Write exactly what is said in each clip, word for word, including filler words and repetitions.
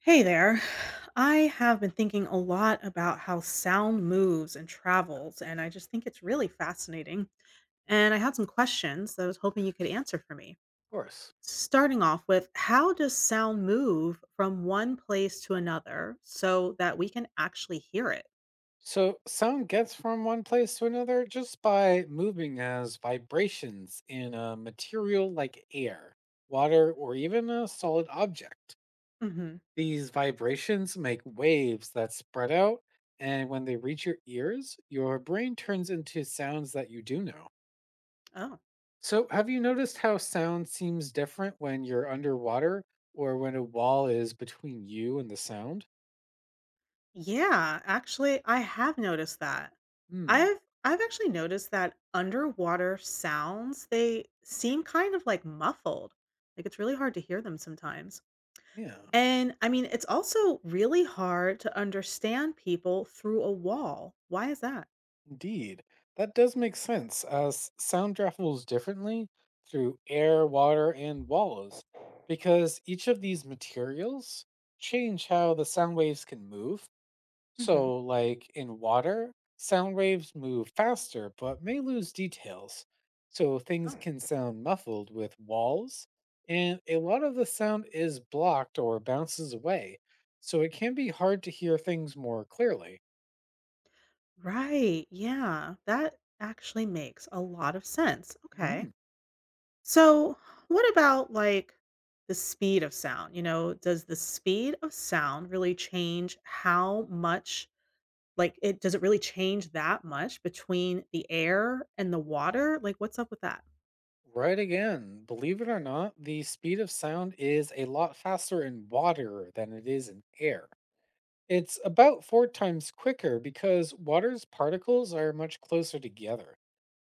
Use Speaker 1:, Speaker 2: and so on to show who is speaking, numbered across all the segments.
Speaker 1: Hey there. I have been thinking a lot about how sound moves and travels, and I just think it's really fascinating. And I had some questions that I was hoping you could answer for me.
Speaker 2: Course.
Speaker 1: Starting off with, how does sound move from one place to another so that we can actually hear it?
Speaker 2: So, sound gets from one place to another just by moving as vibrations in a material like air, water, or even a solid object.
Speaker 1: Hmm.
Speaker 2: These vibrations make waves that spread out, and when they reach your ears, your brain turns into sounds that you do know.
Speaker 1: Oh.
Speaker 2: So, have you noticed how sound seems different when you're underwater or when a wall is between you and the sound?
Speaker 1: Yeah, actually, I have noticed that.
Speaker 2: Hmm,
Speaker 1: I've I've actually noticed that underwater sounds, they seem kind of like muffled. Like it's really hard to hear them sometimes.
Speaker 2: yeah.
Speaker 1: And I mean, it's also really hard to understand people through a wall. Why is that?
Speaker 2: Indeed, that does make sense, as sound travels differently through air, water, and walls, because each of these materials change how the sound waves can move.
Speaker 1: Hmm.
Speaker 2: So, like in water, sound waves move faster but may lose details. So, things
Speaker 1: Oh.
Speaker 2: can sound muffled with walls, and a lot of the sound is blocked or bounces away. So, it can be hard to hear things more clearly.
Speaker 1: Right. Yeah. That actually makes a lot of sense. Okay.
Speaker 2: Mhm.
Speaker 1: So, what about like the speed of sound? You know, does the speed of sound really change how much like it does it really change that much between the air and the water? Like what's up with that?
Speaker 2: Right again. Believe it or not, the speed of sound is a lot faster in water than it is in air. It's about four times quicker because water's particles are much closer together.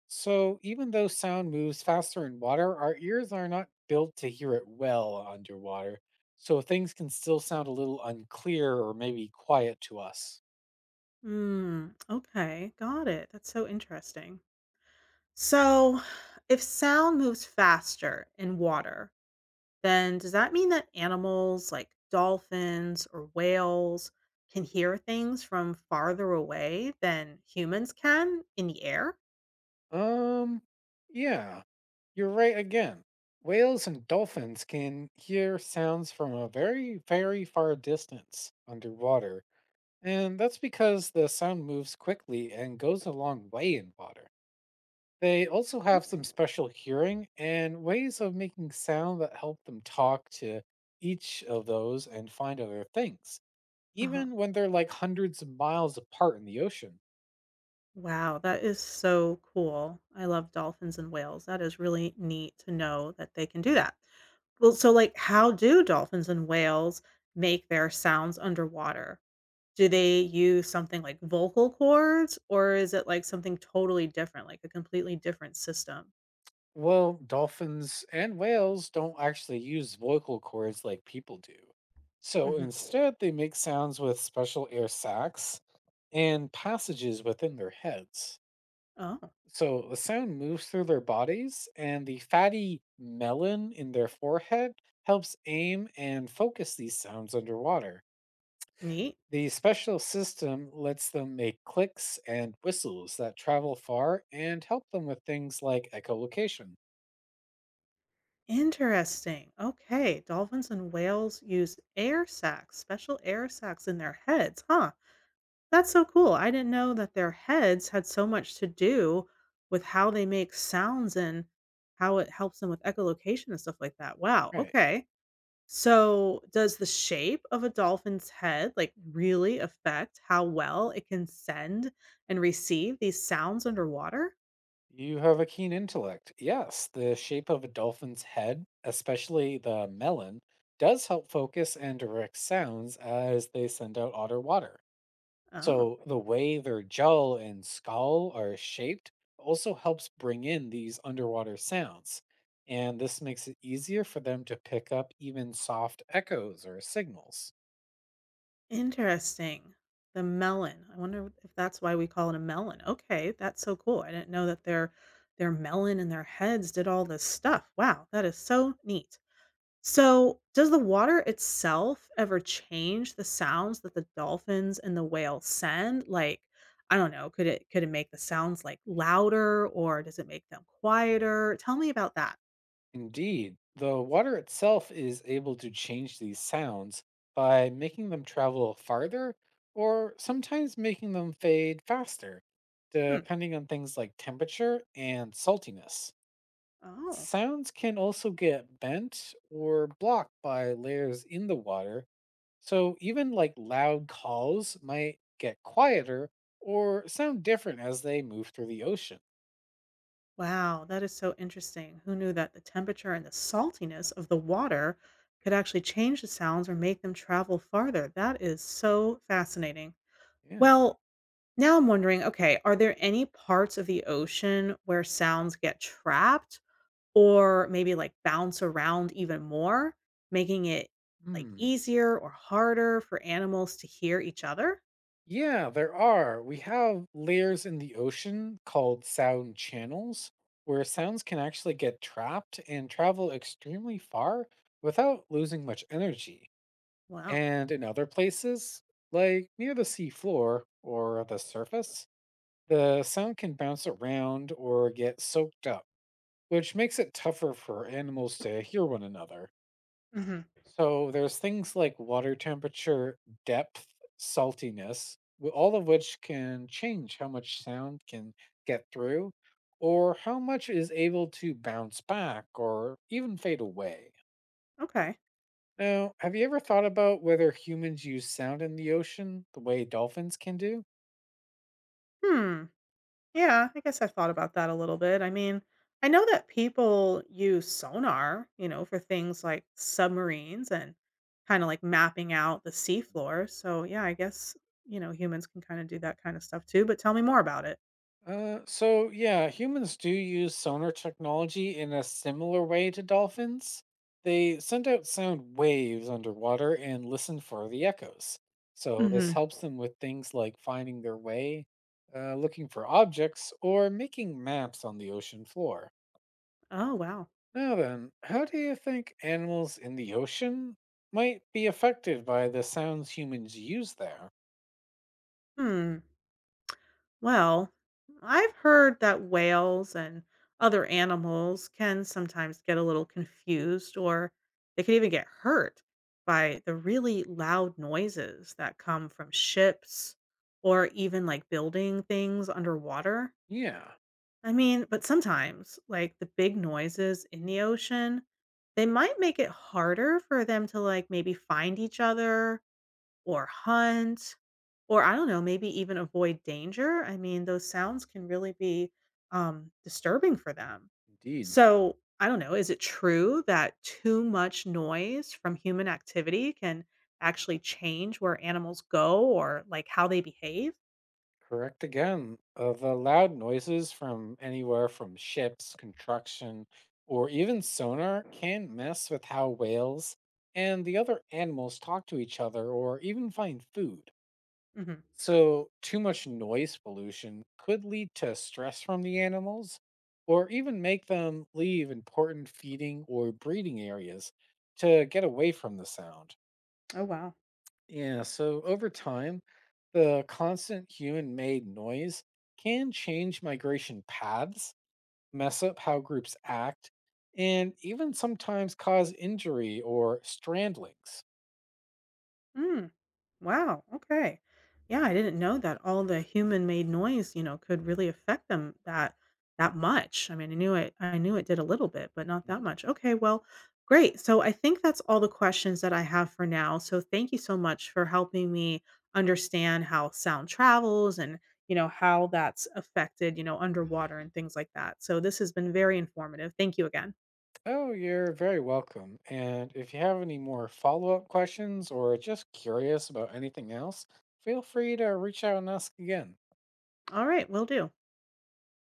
Speaker 2: So even though sound moves faster in water, our ears are not built to hear it well underwater. So things can still sound a little unclear or maybe quiet to us.
Speaker 1: Hmm, okay, got it. That's so interesting. So, if sound moves faster in water, then does that mean that animals like dolphins or whales can hear things from farther away than humans can in the air?
Speaker 2: Um, yeah. You're right again. Whales and dolphins can hear sounds from a very, very far distance underwater, and that's because the sound moves quickly and goes a long way in water. They also have
Speaker 1: Okay.
Speaker 2: some special hearing and ways of making sound that help them talk to each of those and find other things,
Speaker 1: Uh-huh.
Speaker 2: even when they're like hundreds of miles apart in the ocean.
Speaker 1: Wow, that is so cool. I love dolphins and whales. That is really neat to know that they can do that. Well, so like how do dolphins and whales make their sounds underwater? Do they use something like vocal cords or is it like something totally different, like a completely different system?
Speaker 2: Well, dolphins and whales don't actually use vocal cords like people do. So
Speaker 1: Hmm.
Speaker 2: instead, they make sounds with special air sacs and passages within their heads.
Speaker 1: Oh.
Speaker 2: So the sound moves through their bodies, and the fatty melon in their forehead helps aim and focus these sounds underwater.
Speaker 1: Neat.
Speaker 2: The special system lets them make clicks and whistles that travel far and help them with things like echolocation.
Speaker 1: Interesting. Okay. Dolphins and whales use air sacs, special air sacs in their heads, huh? That's so cool. I didn't know that their heads had so much to do with how they make sounds and how it helps them with echolocation and stuff like that. Wow.
Speaker 2: Right.
Speaker 1: Okay. So, does the shape of a dolphin's head like really affect how well it can send and receive these sounds underwater?
Speaker 2: You have a keen intellect. Yes, the shape of a dolphin's head, especially the melon, does help focus and direct sounds as they send out otter water.
Speaker 1: Oh.
Speaker 2: So the way their jaw and skull are shaped also helps bring in these underwater sounds. And this makes it easier for them to pick up even soft echoes or signals.
Speaker 1: Interesting. The melon. I wonder if that's why we call it a melon. Okay, that's so cool. I didn't know that their their melon and their heads did all this stuff. Wow, that is so neat. So, does the water itself ever change the sounds that the dolphins and the whales send? Like, I don't know, could it could it make the sounds like louder or does it make them quieter? Tell me about that.
Speaker 2: Indeed, the water itself is able to change these sounds by making them travel farther or sometimes making them fade faster,
Speaker 1: Hmm.
Speaker 2: depending on things like temperature and saltiness.
Speaker 1: Oh.
Speaker 2: Sounds can also get bent or blocked by layers in the water, so even like loud calls might get quieter or sound different as they move through the ocean.
Speaker 1: Wow, that is so interesting. Who knew that the temperature and the saltiness of the water could actually change the sounds or make them travel farther? That is so fascinating.
Speaker 2: Yeah.
Speaker 1: Well, now I'm wondering okay, are there any parts of the ocean where sounds get trapped or maybe like bounce around even more, making it like
Speaker 2: Hmm.
Speaker 1: easier or harder for animals to hear each other?
Speaker 2: Yeah, there are. We have layers in the ocean called sound channels where sounds can actually get trapped and travel extremely far without losing much energy.
Speaker 1: Wow.
Speaker 2: And in other places, like near the sea floor or the surface, the sound can bounce around or get soaked up, which makes it tougher for animals to hear one another.
Speaker 1: Hmm.
Speaker 2: So there's things like water temperature, depth, saltiness, w- all of which can change how much sound can get through or how much is able to bounce back or even fade away.
Speaker 1: Okay.
Speaker 2: Now, have you ever thought about whether humans use sound in the ocean the way dolphins can do?
Speaker 1: Hmm. Yeah, I guess I thought about that a little bit. I mean, I know that people use sonar, you know, for things like submarines and kind of like mapping out the seafloor. So, yeah, I guess, you know, humans can kind of do that kind of stuff too. But tell me more about it.
Speaker 2: Uh, so yeah, humans do use sonar technology in a similar way to dolphins. They send out sound waves underwater and listen for the echoes. So this
Speaker 1: Hmm.
Speaker 2: helps them with things like finding their way, uh, looking for objects, or making maps on the ocean floor.
Speaker 1: Oh, wow.
Speaker 2: Now then, how do you think animals in the ocean might be affected by the sounds humans use there?
Speaker 1: Hmm. Well, I've heard that whales and other animals can sometimes get a little confused or they can even get hurt by the really loud noises that come from ships or even like building things underwater.
Speaker 2: Yeah,
Speaker 1: I mean, but sometimes like the big noises in the ocean, they might make it harder for them to like maybe find each other or hunt, or I don't know, maybe even avoid danger. I mean, those sounds can really be um, disturbing for them.
Speaker 2: indeed.
Speaker 1: So I don't know, is it true that too much noise from human activity can actually change where animals go or like how they behave?
Speaker 2: Correct again. Uh, the loud noises from anywhere from ships, construction, or even sonar can mess with how whales and the other animals talk to each other or even find food.
Speaker 1: Hmm.
Speaker 2: So, too much noise pollution could lead to stress from the animals or even make them leave important feeding or breeding areas to get away from the sound.
Speaker 1: Oh, wow.
Speaker 2: Yeah, so over time, the constant human made noise can change migration paths, mess up how groups act, and even sometimes cause injury or strandlings.
Speaker 1: Mm, wow. Okay. Yeah, I didn't know that all the human-made noise, you know, could really affect them that that much. I mean, I knew it I knew it did a little bit, but not that
Speaker 2: Mm.
Speaker 1: much. Okay, well, great. So I think that's all the questions that I have for now. So thank you so much for helping me understand how sound travels and, you know, how that's affected, you know, underwater and things like that. So this has been very informative. Thank you again.
Speaker 2: Oh, you're very welcome. And if you have any more follow up questions or just curious about anything else, feel free to reach out and ask again.
Speaker 1: All right, will do.